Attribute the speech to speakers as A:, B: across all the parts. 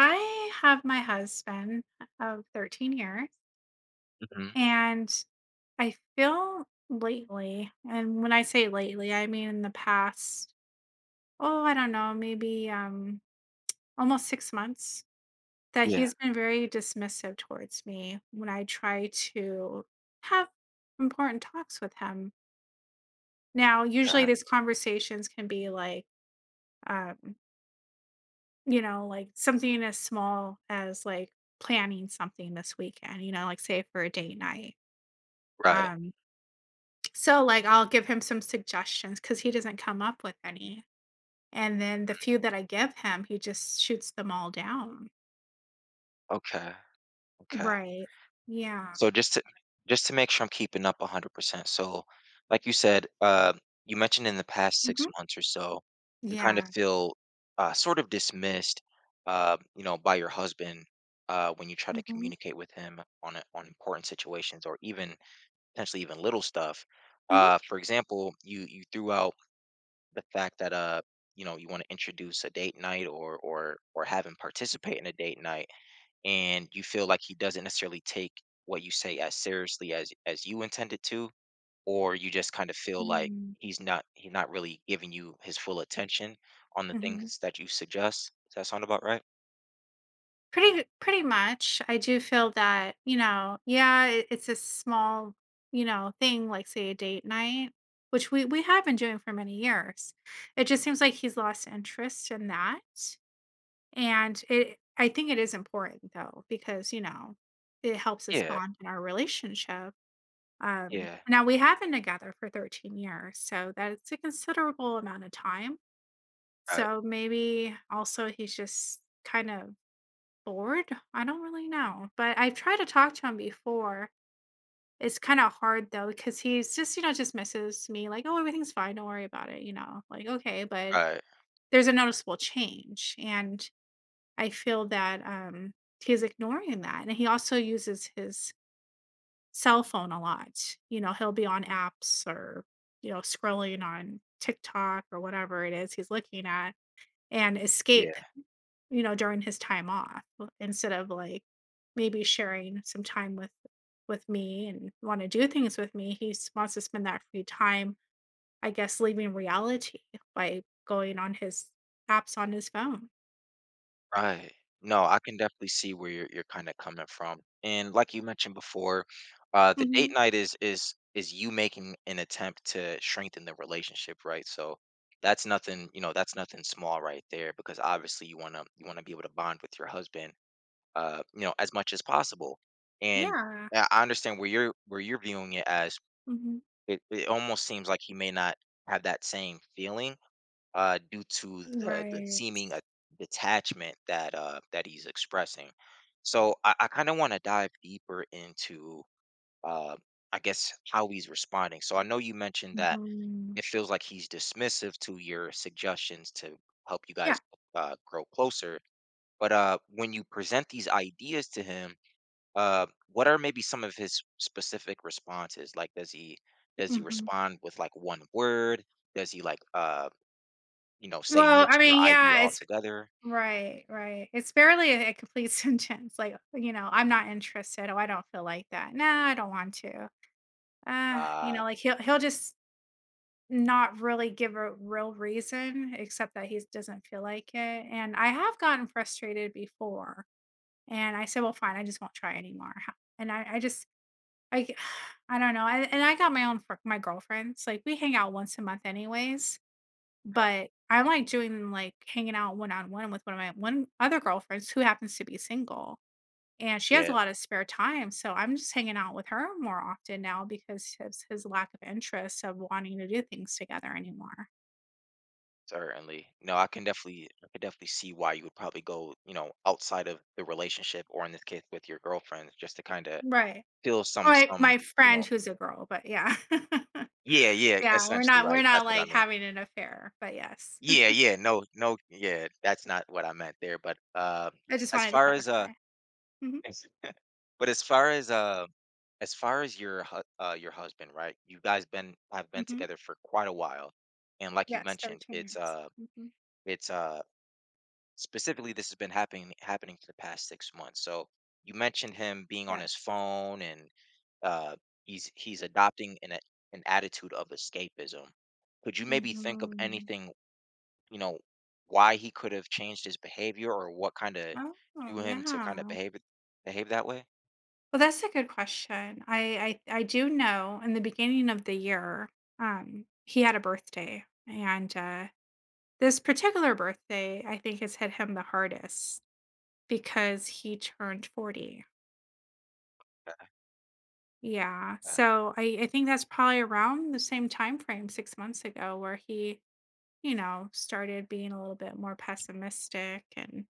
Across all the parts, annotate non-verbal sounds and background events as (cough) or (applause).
A: I have my husband of 13 years,
B: Mhm.
A: and I feel lately, and when I say lately, I mean in the past, oh, I don't know, maybe almost 6 months, that
B: Yeah,
A: he's been very dismissive towards me when I try to have important talks with him. Now, usually
B: okay.
A: these conversations can be like, um, like something as small as like planning something this weekend, like say for a date night.
B: Right.
A: Um, so, like, I'll give him some suggestions because he doesn't come up with any, and then the few that I give him, he just shoots them all down.
B: Okay, okay.
A: Right. Yeah.
B: So just to make sure I'm keeping up 100%. So, like you said, you mentioned in the past 6
A: Mhm.
B: months or so, you kind of
A: Yeah.
B: feel, sort of dismissed, you know, by your husband, when you try to
A: Mhm.
B: communicate with him on a on important situations or even potentially even little stuff.
A: Mhm.
B: For example, you threw out the fact that, you know, you wanna introduce a date night or or have him participate in a date night. And you feel like he doesn't necessarily take what you say as seriously as you intended to, or you just kind of feel like
A: Mm.
B: he's not really giving you his full attention on the
A: Mhm.
B: things that you suggest. Does that sound about right?
A: Pretty much. I do feel that, yeah, it's a small, thing, like, say, a date night, which we have been doing for many years. It just seems like he's lost interest in that. And it I think it is important though because, it helps us
B: Yeah,
A: bond in our relationship.
B: yeah,
A: Now we have been together for 13 years, so that's a considerable amount of time.
B: right,
A: So maybe also he's just kind of bored. I don't really know, but I've tried to talk to him before. It's kind of hard though because he's just, just misses me like, oh, everything's fine. Don't worry about it. You know, like, okay, but
B: right.
A: there's a noticeable change. And I feel that he's ignoring that, and he also uses his cell phone a lot. He'll be on apps or scrolling on TikTok or whatever it is he's looking at, and escape. During his time off, instead of like maybe sharing some time with me and want to do things with me, he wants to spend that free time. I guess leaving reality by going on his apps on his phone.
B: Right. No, I can definitely see where you're kinda coming from, and like you mentioned before, the
A: Hmm.
B: date night is you making an attempt to strengthen the relationship, right? So, that's nothing, you know, that's nothing small right there, because obviously you wanna be able to bond with your husband, you know, as much as possible, and
A: Yeah.
B: I understand where you're viewing it as
A: Hmm.
B: it almost seems like he may not have that same feeling, due to the
A: Right.
B: seeming detachment that that he's expressing. So I kind of want to dive deeper into, uh, I guess, how he's responding. So I know you mentioned that
A: Mhm.
B: it feels like he's dismissive to your suggestions to help you guys
A: Yeah,
B: grow closer. But when you present these ideas to him, what are maybe some of his specific responses? Like, does he
A: mhm.
B: respond with like one word? Does he like you know, say
A: Well,
B: no
A: I
B: to your
A: mean,
B: idea
A: yeah, it's
B: altogether.
A: right, right. It's barely a complete (laughs) sentence, like, you know, "I'm not interested." "Oh, I don't feel like that." "No, I don't want to." You
B: Uh,
A: know, like, he'll just not really give a real reason except that he doesn't feel like it, and I have gotten frustrated before, and I said, "Well, fine, I just won't try anymore." Ho And I (sighs) I don't know, and I got my own fr my girlfriends, like, we hang out once a month anyways.
B: uh,
A: But I like doing, like, hanging out one on one with one of my one other girlfriends who happens to be single, and she has a
B: yeah,
A: lot of spare time, so I'm just hanging out with her more often now because his lack of interest of wanting to do things together anymore.
B: certainly. No, I could definitely see why you would probably go, you know, outside of the relationship, or in this case, with your girlfriend, just to kind of
A: Right.
B: feel
A: My
B: some,
A: my
B: you
A: friend
B: know,
A: who's a girl, but yeah. (laughs)
B: yeah, yeah,
A: Yeah, we're
B: essentially,
A: not we're
B: right?
A: not,
B: That's what I
A: like,
B: mean.
A: having an affair, but yes.
B: Yeah, yeah, no, no, yeah, that's not what I meant there. But
A: (laughs) I just
B: as
A: wanted to
B: far as
A: clarify. Mhm,
B: yes. But as far as your your husband, right? You guys been have been
A: mhm.
B: together for quite a while, and like you
A: Yes,
B: mentioned,
A: 13 years. Mhm.
B: it's specifically this has been happening for the past 6 months. So you mentioned him being on his
A: Yes.
B: phone, and uh he's adopting an attitude of escapism. Could you maybe think of
A: Mhm.
B: anything, you know, why he could have changed his behavior, or what kind of
A: Oh,
B: drew him to kind of
A: yeah.
B: behave that way?
A: Well, that's a good question. I do know in the beginning of the year, he had a birthday, and this particular birthday, I think, has hit him the hardest because he turned 40. Yeah,
B: Uh,
A: so I think that's probably around the same time frame 6 months ago where he started being a little bit more pessimistic and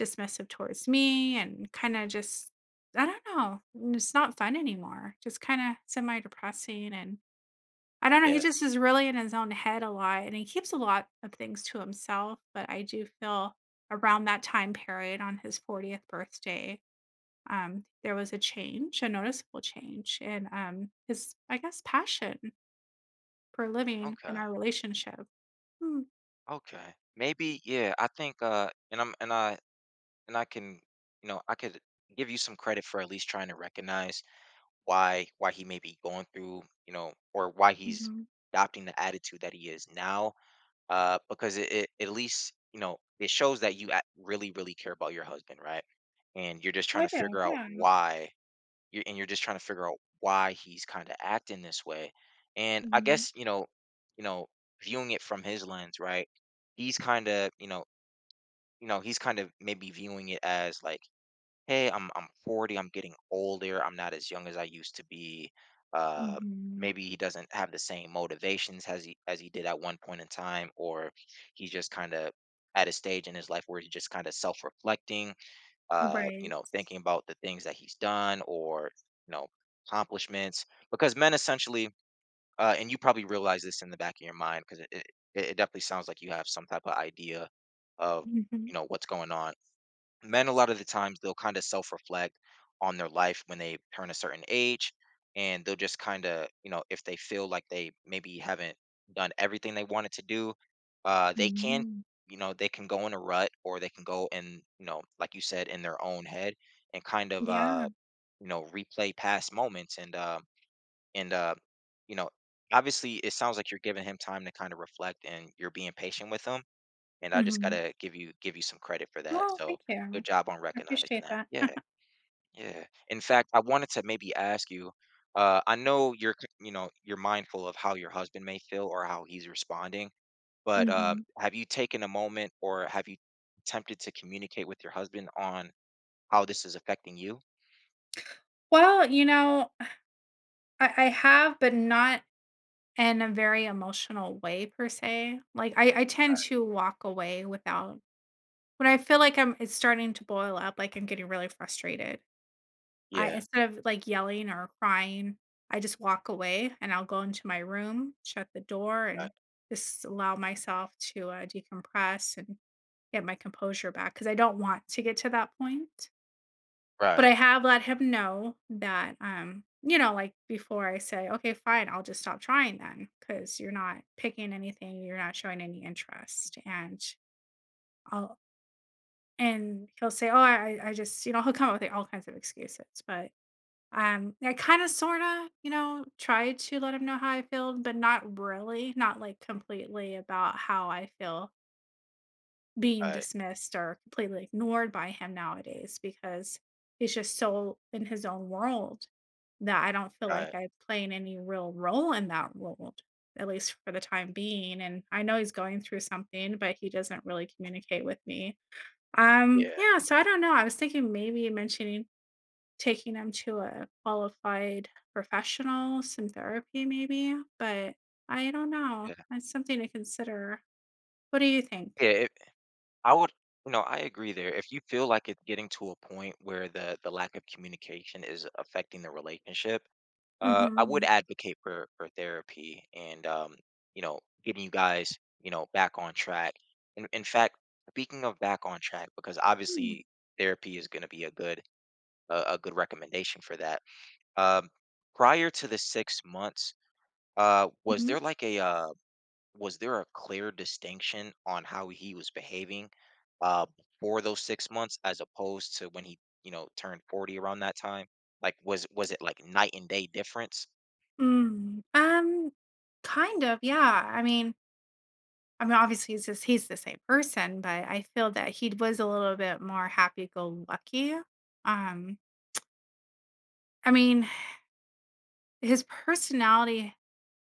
A: dismissive towards me and kind of just I don't know. It's not fun anymore. Just kind of semi depressing and I don't know, he
B: yeah.
A: just is really in his own head a lot, and he keeps a lot of things to himself, but I do feel around that time period on his 40th birthday, there was a change, a noticeable change in, his, I guess, passion for living in
B: Okay.
A: our relationship. Mm,
B: Okay. Maybe, yeah, I think and I'm and I can, you know, I could give you some credit for at least trying to recognize why he may be going through, you know, or why he's
A: mhm.
B: adopting the attitude that he is now. Because it at least, you know, it shows that you really really care about your husband, right? And you're just trying
A: I
B: to
A: do,
B: figure out
A: yeah.
B: why you're and you're just trying to figure out why he's kind of acting this way. And I
A: Mhm,
B: guess, you know, viewing it from his lens, right? He's kind of, you know, you know, he's kind of maybe viewing it as like, hey, I'm 40, I'm getting older, I'm not as young as I used to be. Uh,
A: mhm.
B: maybe he doesn't have the same motivations as he did at one point in time, or he's just kind of at a stage in his life where he's just kind of self-reflecting, you
A: Right.
B: know, thinking about the things that he's done, or you know, accomplishments. Because men essentially, and you probably realize this in the back of your mind because it it definitely sounds like you have some type of idea of,
A: Mhm.
B: you know, what's going on. Men a lot of the times, they'll kind of self-reflect on their life when they turn a certain age, and they'll just kind of, you know, if they feel like they maybe haven't done everything they wanted to do, they can,
A: Mm.
B: you know, they can go in a rut, or they can go in, you know, like you said, in their own head, and kind of
A: Yeah.
B: you know, replay past moments, and you know, obviously it sounds like you're giving him time to kind of reflect, and you're being patient with him, and I just
A: Mhm.
B: gotta give you some credit for that.
A: Well,
B: So
A: thank you.
B: good job on
A: I
B: recognizing
A: appreciate
B: that.
A: that.
B: Yeah,
A: (laughs)
B: yeah. In fact, I wanted to maybe ask you. I know you know, you're mindful of how your husband may feel or how he's responding, but
A: Mhm.
B: have you taken a moment, or have you attempted to communicate with your husband on how this is affecting you?
A: Well, I have, but not in a very emotional way per se. Like I tend to walk away without when I feel like I'm it's starting to boil up, like I'm getting really frustrated. I
B: Yeah.
A: Instead of like yelling or crying, I just walk away and I'll go into my room, shut the door, and
B: Right.
A: just allow myself to decompress and get my composure back because I don't want to get to that point. But I
B: Right.
A: have let him know that, like, before I say, "Okay, fine, I'll just stop trying then, because 'cause you're not picking anything, you're not showing any interest," and I'll and he'll say, "Oh, I just," he'll come up with, like, all kinds of excuses, but, I kinda sorta, tried to let him know how I feel, but not really, not, like, completely about how I feel being
B: Right.
A: dismissed or completely ignored by him nowadays because he's just so in his own world that I don't feel like
B: Right.
A: I'm playing any real role in that world, at least for the time being. And I know he's going through something, but he doesn't really communicate with me.
B: Yeah.
A: Yeah, so I don't know. I was thinking maybe mentioning taking him to a qualified professional, some therapy maybe, but I don't know.
B: Yeah.
A: That's something to consider. What do you think?
B: Yeah. I would, you know, I agree there. If you feel like it's getting to a point where the lack of communication is affecting the relationship, I
A: Mm-hmm.
B: would advocate for therapy, and you know, getting you guys, you know, back on track. In fact, speaking of back on track, because
A: Hmm.
B: obviously therapy is going to be a good a good recommendation for that. Um, prior to the 6 months, was
A: Mhm.
B: there like a was there a clear distinction on how he was behaving uh, for those 6 months as opposed to when he, you know, turned 40 around that time? Like, was it like night and day difference?
A: Mm, kind of, yeah. I mean, Obviously, he's the same person, but I feel that he was a little bit more happy-go-lucky. Um, I mean, his personality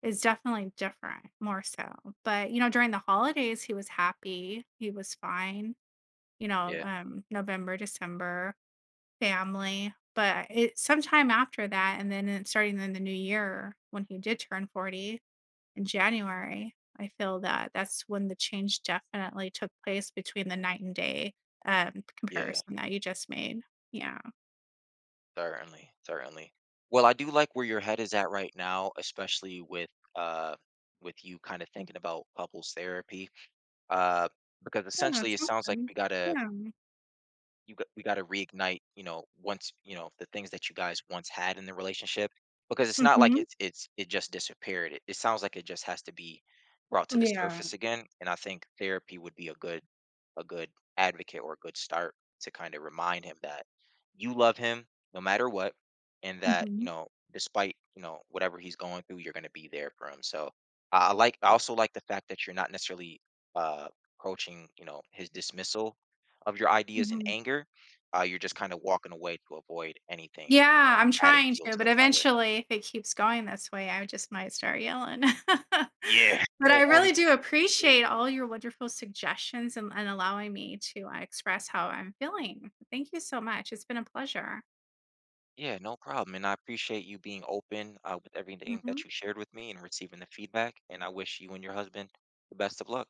A: is definitely different, more so. But, during the holidays, he was happy. He was fine.
B: Yeah,
A: November, December, family. But it sometime after that, and then it starting in the new year when he did turn 40, in January, I feel that that's when the change definitely took place between the night and day,
B: yeah,
A: comparison that you just made. Yeah.
B: certainly, certainly. Well, I do like where your head is at right now, especially uh with you kind of thinking about couples therapy. Uh, because
A: Yeah,
B: essentially
A: it's
B: it sounds like
A: awesome. Yeah.
B: we got to reignite, you know, once, you know, the things that you guys once had in the relationship, because it's not like
A: Mhm.
B: it just disappeared. It sounds like it just has to be brought to the
A: Yeah.
B: surface again, and I think therapy would be a good a good advocate, or a good start to kind of remind him that you love him no matter what, and that, you
A: Mhm.
B: know, despite, you know, whatever he's going through, you're going to be there for him. So I also like the fact that you're not necessarily uh approaching, you know, his dismissal of your ideas in
A: Mhm.
B: anger, you're just kind of walking away to avoid anything, you
A: Yeah,
B: know,
A: I'm
B: adding
A: trying
B: fuel
A: to,
B: to
A: but
B: the fire.
A: eventually, if it keeps going this way, I just might start yelling. (laughs)
B: Yeah. (laughs)
A: But
B: Well,
A: I
B: only
A: really
B: so
A: do
B: much you can take.
A: appreciate all your wonderful suggestions and allowing me to, express how I'm feeling. Thank you so much. It's been a pleasure.
B: Yeah, no problem. And I appreciate you being open, with everything that
A: Mhm.
B: you shared with me and receiving the feedback. And I wish you and your husband the best of luck.